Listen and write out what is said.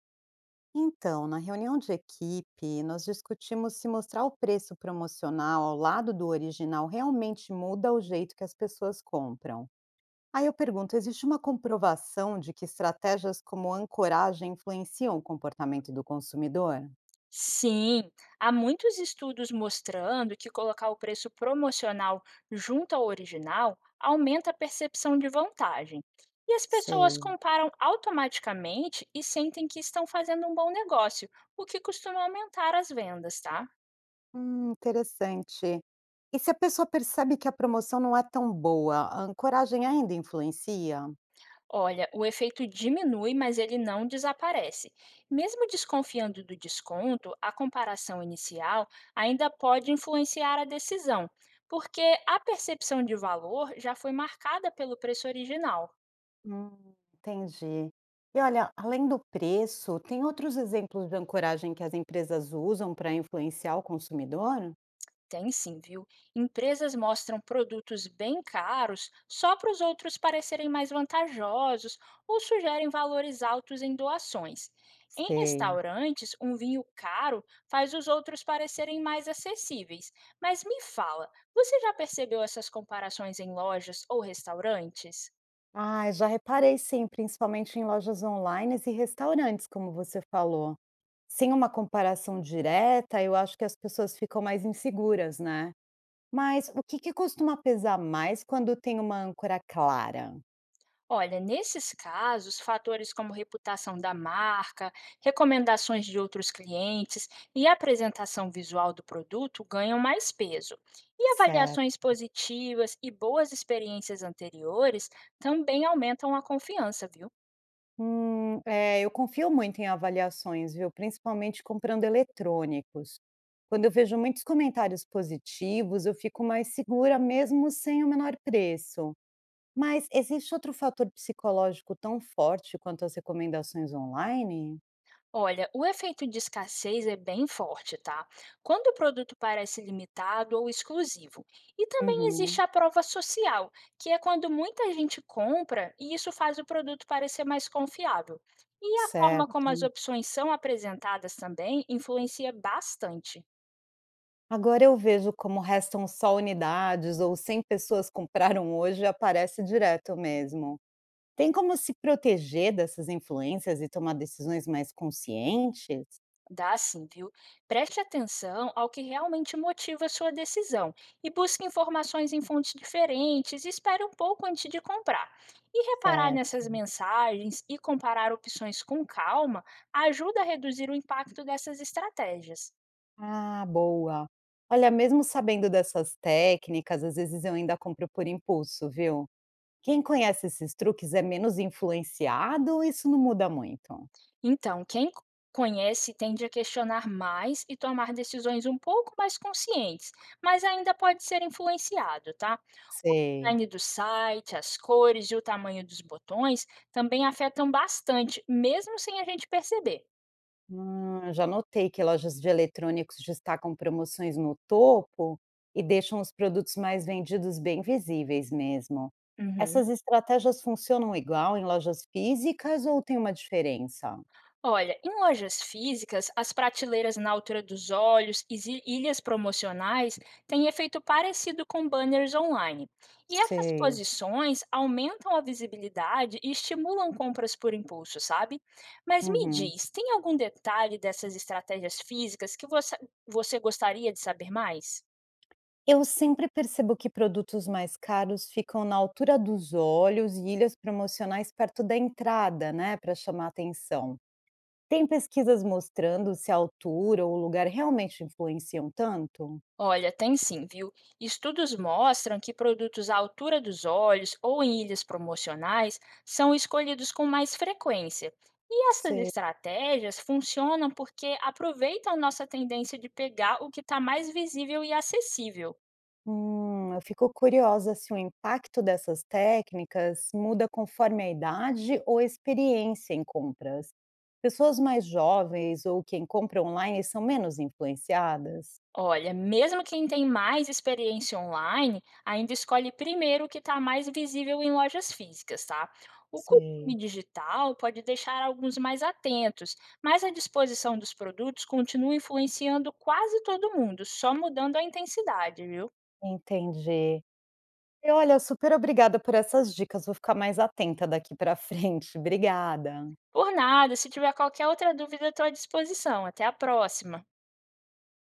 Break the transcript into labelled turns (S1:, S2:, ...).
S1: Então, na reunião de equipe, nós discutimos se mostrar o preço promocional ao lado do original realmente muda o jeito que as pessoas compram. Aí eu pergunto: existe uma comprovação de que estratégias como ancoragem influenciam o comportamento do consumidor?
S2: Sim, há muitos estudos mostrando que colocar o preço promocional junto ao original aumenta a percepção de vantagem. E as pessoas
S1: Sei.
S2: comparam automaticamente e sentem que estão fazendo um bom negócio, o que costuma aumentar as vendas, tá?
S1: Interessante. E se a pessoa percebe que a promoção não é tão boa, a ancoragem ainda influencia?
S2: Olha, o efeito diminui, mas ele não desaparece. Mesmo desconfiando do desconto, a comparação inicial ainda pode influenciar a decisão, porque a percepção de valor já foi marcada pelo preço original.
S1: Entendi. E olha, além do preço, tem outros exemplos de ancoragem que as empresas usam para influenciar o consumidor?
S2: Tem sim, viu? Empresas mostram produtos bem caros só para os outros parecerem mais vantajosos ou sugerem valores altos em doações. Em
S1: Sei.
S2: restaurantes, um vinho caro faz os outros parecerem mais acessíveis. Mas me fala, você já percebeu essas comparações em lojas ou restaurantes?
S1: Ah, já reparei sim, principalmente em lojas online e restaurantes, como você falou. Sem uma comparação direta, eu acho que as pessoas ficam mais inseguras, né? Mas o que que costuma pesar mais quando tem uma âncora clara?
S2: Olha, nesses casos, fatores como reputação da marca, recomendações de outros clientes e apresentação visual do produto ganham mais peso. E avaliações
S1: Certo.
S2: positivas e boas experiências anteriores também aumentam a confiança, viu?
S1: É, eu confio muito em avaliações, viu? Principalmente comprando eletrônicos. Quando eu vejo muitos comentários positivos, eu fico mais segura mesmo sem o menor preço. Mas existe outro fator psicológico tão forte quanto as recomendações online?
S2: Olha, o efeito de escassez é bem forte, tá? Quando o produto parece limitado ou exclusivo. E também existe
S1: Uhum,
S2: a prova social, que é quando muita gente compra e isso faz o produto parecer mais confiável. E a forma
S1: certo.
S2: como as opções são apresentadas também influencia bastante.
S1: Agora eu vejo como restam só unidades ou 100 pessoas compraram hoje, e aparece direto mesmo. Tem como se proteger dessas influências e tomar decisões mais conscientes?
S2: Dá sim, viu? Preste atenção ao que realmente motiva sua decisão e busque informações em fontes diferentes e espere um pouco antes de comprar. E reparar
S1: Certo.
S2: nessas mensagens e comparar opções com calma ajuda a reduzir o impacto dessas estratégias.
S1: Ah, boa. Olha, mesmo sabendo dessas técnicas, às vezes eu ainda compro por impulso, viu? Quem conhece esses truques é menos influenciado ou isso não muda muito?
S2: Então, conhece tende a questionar mais e tomar decisões um pouco mais conscientes, mas ainda pode ser influenciado, tá? O
S1: Sei.
S2: design do site, as cores e o tamanho dos botões também afetam bastante, mesmo sem a gente perceber.
S1: Já notei que lojas de eletrônicos destacam promoções no topo e deixam os produtos mais vendidos bem visíveis mesmo.
S2: Uhum.
S1: Essas estratégias funcionam igual em lojas físicas ou tem uma diferença?
S2: Olha, em lojas físicas, as prateleiras na altura dos olhos e ilhas promocionais têm efeito parecido com banners online. E essas
S1: Sei.
S2: posições aumentam a visibilidade e estimulam compras por impulso, sabe? Mas me
S1: Uhum.
S2: diz, tem algum detalhe dessas estratégias físicas que você gostaria de saber mais?
S1: Eu sempre percebo que produtos mais caros ficam na altura dos olhos e ilhas promocionais perto da entrada, né, para chamar atenção. Tem pesquisas mostrando se a altura ou o lugar realmente influenciam tanto?
S2: Olha, tem sim, viu? Estudos mostram que produtos à altura dos olhos ou em ilhas promocionais são escolhidos com mais frequência. E essas
S1: Sei.
S2: estratégias funcionam porque aproveitam nossa tendência de pegar o que está mais visível e acessível.
S1: Eu fico curiosa se o impacto dessas técnicas muda conforme a idade ou a experiência em compras. Pessoas mais jovens ou quem compra online são menos influenciadas?
S2: Olha, mesmo quem tem mais experiência online, ainda escolhe primeiro o que está mais visível em lojas físicas, tá? O costume
S1: Sei.
S2: digital pode deixar alguns mais atentos, mas a disposição dos produtos continua influenciando quase todo mundo, só mudando a intensidade, viu?
S1: Entendi. E olha, super obrigada por essas dicas, vou ficar mais atenta daqui para frente. Obrigada.
S2: Por nada, se tiver qualquer outra dúvida, estou à disposição. Até a próxima!